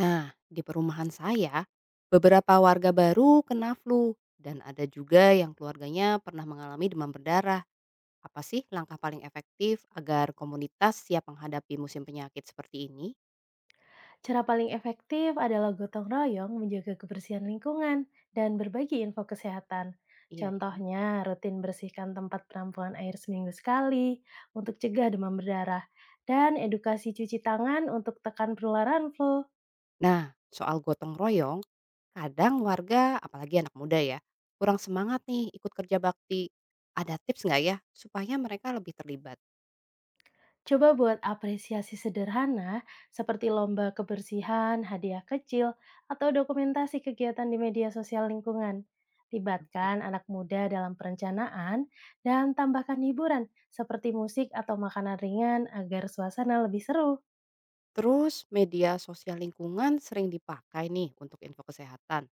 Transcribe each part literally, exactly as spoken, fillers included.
Nah, di perumahan saya, beberapa warga baru kena flu dan ada juga yang keluarganya pernah mengalami demam berdarah. Apa sih langkah paling efektif agar komunitas siap menghadapi musim penyakit seperti ini? Cara paling efektif adalah gotong royong menjaga kebersihan lingkungan dan berbagi info kesehatan. Iya ya. Contohnya, rutin bersihkan tempat penampungan air seminggu sekali untuk cegah demam berdarah, dan edukasi cuci tangan untuk tekan penularan flu. Nah, soal gotong royong, kadang warga, apalagi anak muda ya, kurang semangat nih ikut kerja bakti. Ada tips nggak ya supaya mereka lebih terlibat? Coba buat apresiasi sederhana seperti lomba kebersihan, hadiah kecil, atau dokumentasi kegiatan di media sosial lingkungan. Libatkan anak muda dalam perencanaan dan tambahkan hiburan seperti musik atau makanan ringan agar suasana lebih seru. Terus media sosial lingkungan sering dipakai nih untuk info kesehatan.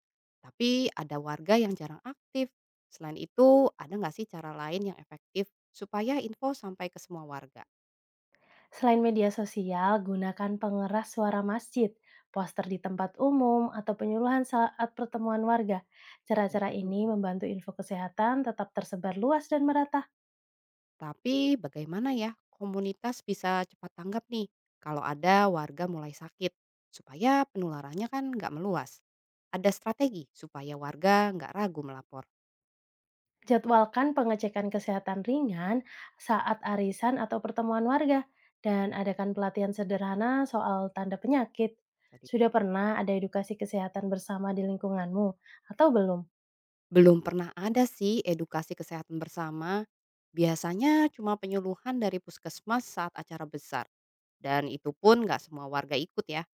Tapi ada warga yang jarang aktif. Selain itu, ada nggak sih cara lain yang efektif supaya info sampai ke semua warga? Selain media sosial, gunakan pengeras suara masjid, poster di tempat umum, atau penyuluhan saat pertemuan warga. Benar Cara-cara juga. ini membantu info kesehatan tetap tersebar luas dan merata. Tapi bagaimana ya komunitas bisa cepat tanggap nih kalau ada warga mulai sakit supaya penularannya kan nggak meluas. Ada strategi supaya warga nggak ragu melapor. Jadwalkan pengecekan kesehatan ringan saat arisan atau pertemuan warga, dan adakan pelatihan sederhana soal tanda penyakit. Jadi, Sudah pernah ada edukasi kesehatan bersama di lingkunganmu atau belum? belum pernah ada sih edukasi kesehatan bersama. Biasanya cuma penyuluhan dari puskesmas saat acara besar. Dan itu pun nggak semua warga ikut ya.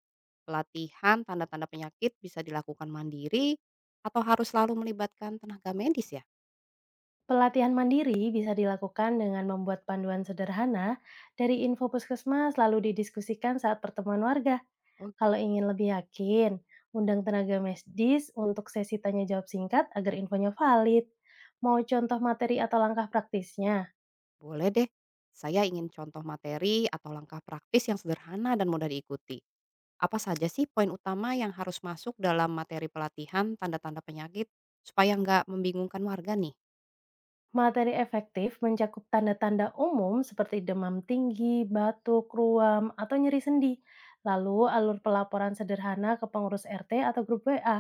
Pelatihan tanda-tanda penyakit bisa dilakukan mandiri atau harus selalu melibatkan tenaga medis ya? Pelatihan mandiri bisa dilakukan dengan membuat panduan sederhana dari info puskesmas lalu didiskusikan saat pertemuan warga. Oh, gi- Kalau ingin lebih yakin, undang tenaga medis untuk sesi tanya jawab singkat agar infonya valid. Mau contoh materi atau langkah praktisnya? Boleh deh. Saya ingin contoh materi atau langkah praktis yang sederhana dan mudah diikuti. Apa saja sih poin utama yang harus masuk dalam materi pelatihan tanda-tanda penyakit supaya nggak membingungkan warga nih? Materi efektif mencakup tanda-tanda umum seperti demam tinggi, batuk, ruam, atau nyeri sendi. Lalu alur pelaporan sederhana ke pengurus R T atau grup W A.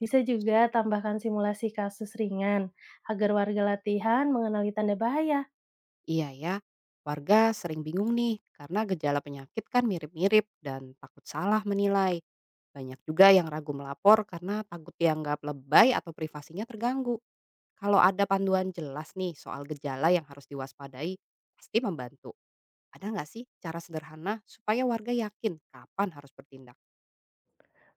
Bisa Terus. juga tambahkan simulasi kasus ringan agar warga latihan mengenali tanda bahaya. Iya ya, warga sering bingung nih karena gejala penyakit kan mirip-mirip dan takut salah menilai. Banyak juga yang ragu melapor karena takut dianggap lebay atau privasinya terganggu. Kalau ada panduan jelas nih soal gejala yang harus diwaspadai, pasti membantu. Ada nggak sih cara sederhana supaya warga yakin kapan harus bertindak?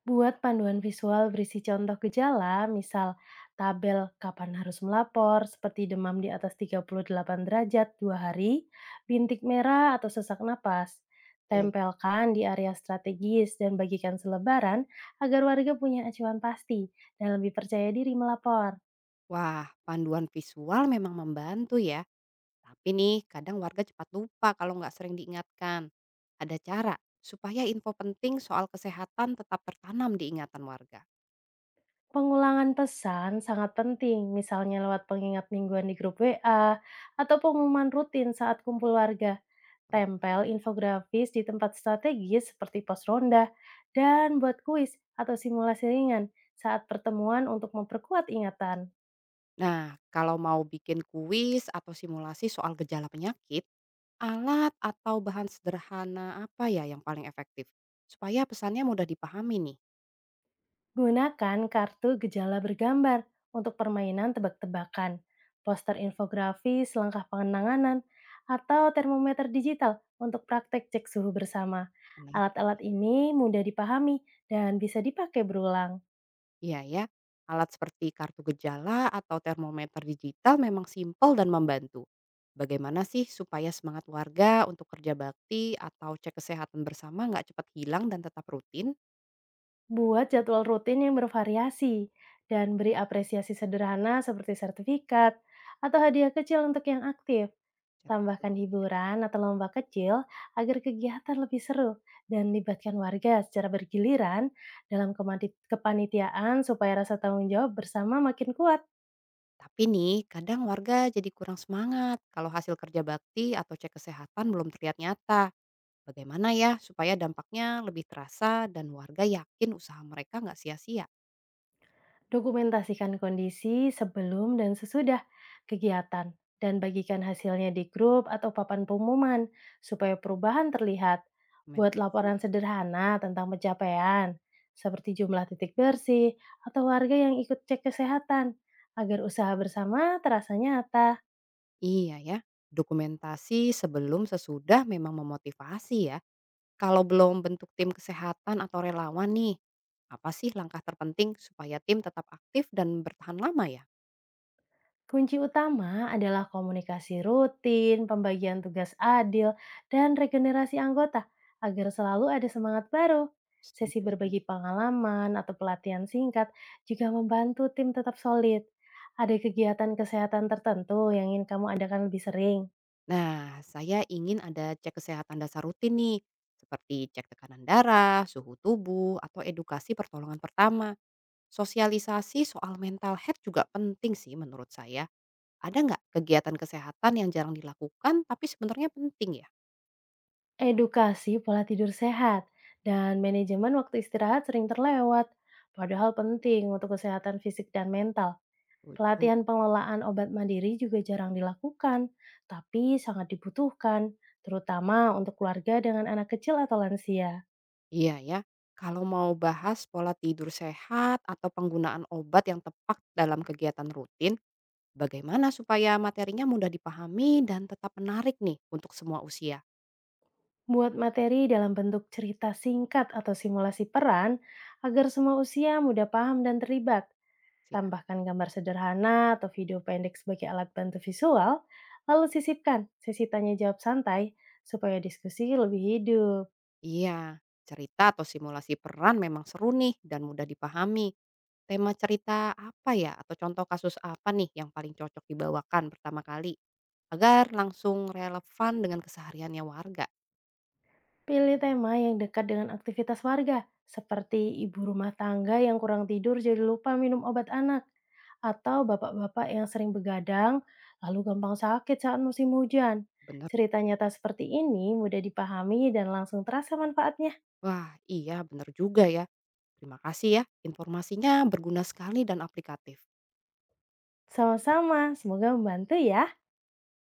Buat panduan visual berisi contoh gejala, misal tabel kapan harus melapor, seperti demam di atas tiga puluh delapan derajat dua hari, bintik merah atau sesak napas. Oke. Tempelkan di area strategis dan bagikan selebaran agar warga punya acuan pasti dan lebih percaya diri melapor. Wah, panduan visual memang membantu ya. Tapi nih, kadang warga cepat lupa kalau nggak sering diingatkan. Ada cara supaya info penting soal kesehatan tetap tertanam di ingatan warga. Pengulangan pesan sangat penting, misalnya lewat pengingat mingguan di grup W A atau pengumuman rutin saat kumpul warga. Tempel infografis di tempat strategis seperti pos ronda dan buat kuis atau simulasi ringan saat pertemuan untuk memperkuat ingatan. Nah, kalau mau bikin kuis atau simulasi soal gejala penyakit, alat atau bahan sederhana apa ya yang paling efektif? Supaya pesannya mudah dipahami Gunakan kartu gejala bergambar untuk permainan tebak-tebakan, poster infografis langkah pengenanganan, atau termometer digital untuk praktek cek suhu bersama. nih. Alat-alat ini mudah dipahami dan bisa dipakai berulang. Iya ya, alat seperti kartu gejala atau termometer digital memang simpel dan membantu. Bagaimana sih supaya semangat warga untuk kerja bakti atau cek kesehatan bersama nggak cepat hilang dan tetap rutin? Buat jadwal rutin yang bervariasi dan beri apresiasi sederhana seperti sertifikat atau hadiah kecil untuk yang aktif. Tambahkan hiburan atau lomba kecil agar kegiatan lebih seru dan libatkan warga secara bergiliran dalam kemati- kepanitiaan supaya rasa tanggung jawab bersama makin kuat. Tapi nih, kadang warga jadi kurang semangat kalau hasil kerja bakti atau cek kesehatan belum terlihat nyata. Bagaimana ya supaya dampaknya lebih terasa dan warga yakin usaha mereka nggak sia-sia? Dokumentasikan kondisi sebelum dan sesudah kegiatan dan bagikan hasilnya di grup atau papan pengumuman supaya perubahan terlihat. Komentar. Buat laporan sederhana tentang pencapaian, seperti jumlah titik bersih atau warga yang ikut cek kesehatan, agar usaha bersama terasa nyata. Iya ya, dokumentasi sebelum sesudah memang memotivasi ya. Kalau belum bentuk tim kesehatan atau relawan nih, apa sih langkah terpenting supaya tim tetap aktif dan bertahan lama ya? Kunci utama adalah komunikasi rutin, pembagian tugas adil, dan regenerasi anggota agar selalu ada semangat baru. Sesi Setuju sih. berbagi pengalaman atau pelatihan singkat juga membantu tim tetap solid. Ada kegiatan kesehatan tertentu yang ingin kamu adakan lebih sering. Nah, saya ingin ada cek kesehatan dasar rutin nih, seperti cek tekanan darah, suhu tubuh, atau edukasi pertolongan pertama. Sosialisasi soal mental health juga penting sih menurut saya. Ada nggak kegiatan kesehatan yang jarang dilakukan tapi sebenarnya penting ya? Edukasi pola tidur sehat dan manajemen waktu istirahat sering terlewat, padahal penting untuk kesehatan fisik dan mental. Setuju. Pelatihan pengelolaan obat mandiri juga jarang dilakukan, tapi sangat dibutuhkan, terutama untuk keluarga dengan anak kecil atau lansia. Iya ya, kalau mau bahas pola tidur sehat atau penggunaan obat yang tepat dalam kegiatan rutin, bagaimana supaya materinya mudah dipahami dan tetap menarik nih untuk semua usia? Buat materi dalam bentuk cerita singkat atau simulasi peran, agar semua usia mudah paham dan terlibat. Siap. Tambahkan gambar sederhana atau video pendek sebagai alat bantu visual, lalu sisipkan sesi tanya jawab santai supaya diskusi lebih hidup. Iya, cerita atau simulasi peran memang seru nih dan mudah dipahami. Tema cerita apa ya atau contoh kasus apa nih yang paling cocok dibawakan pertama kali agar langsung relevan dengan kesehariannya warga? Pilih tema yang dekat dengan aktivitas warga, seperti ibu rumah tangga yang kurang tidur jadi lupa minum obat anak, atau bapak-bapak yang sering begadang lalu gampang sakit saat musim hujan. Bener. Cerita nyata seperti ini mudah dipahami dan langsung terasa manfaatnya. Wah, iya bener juga ya. Terima kasih ya, informasinya berguna sekali dan aplikatif. Sama-sama, semoga membantu ya.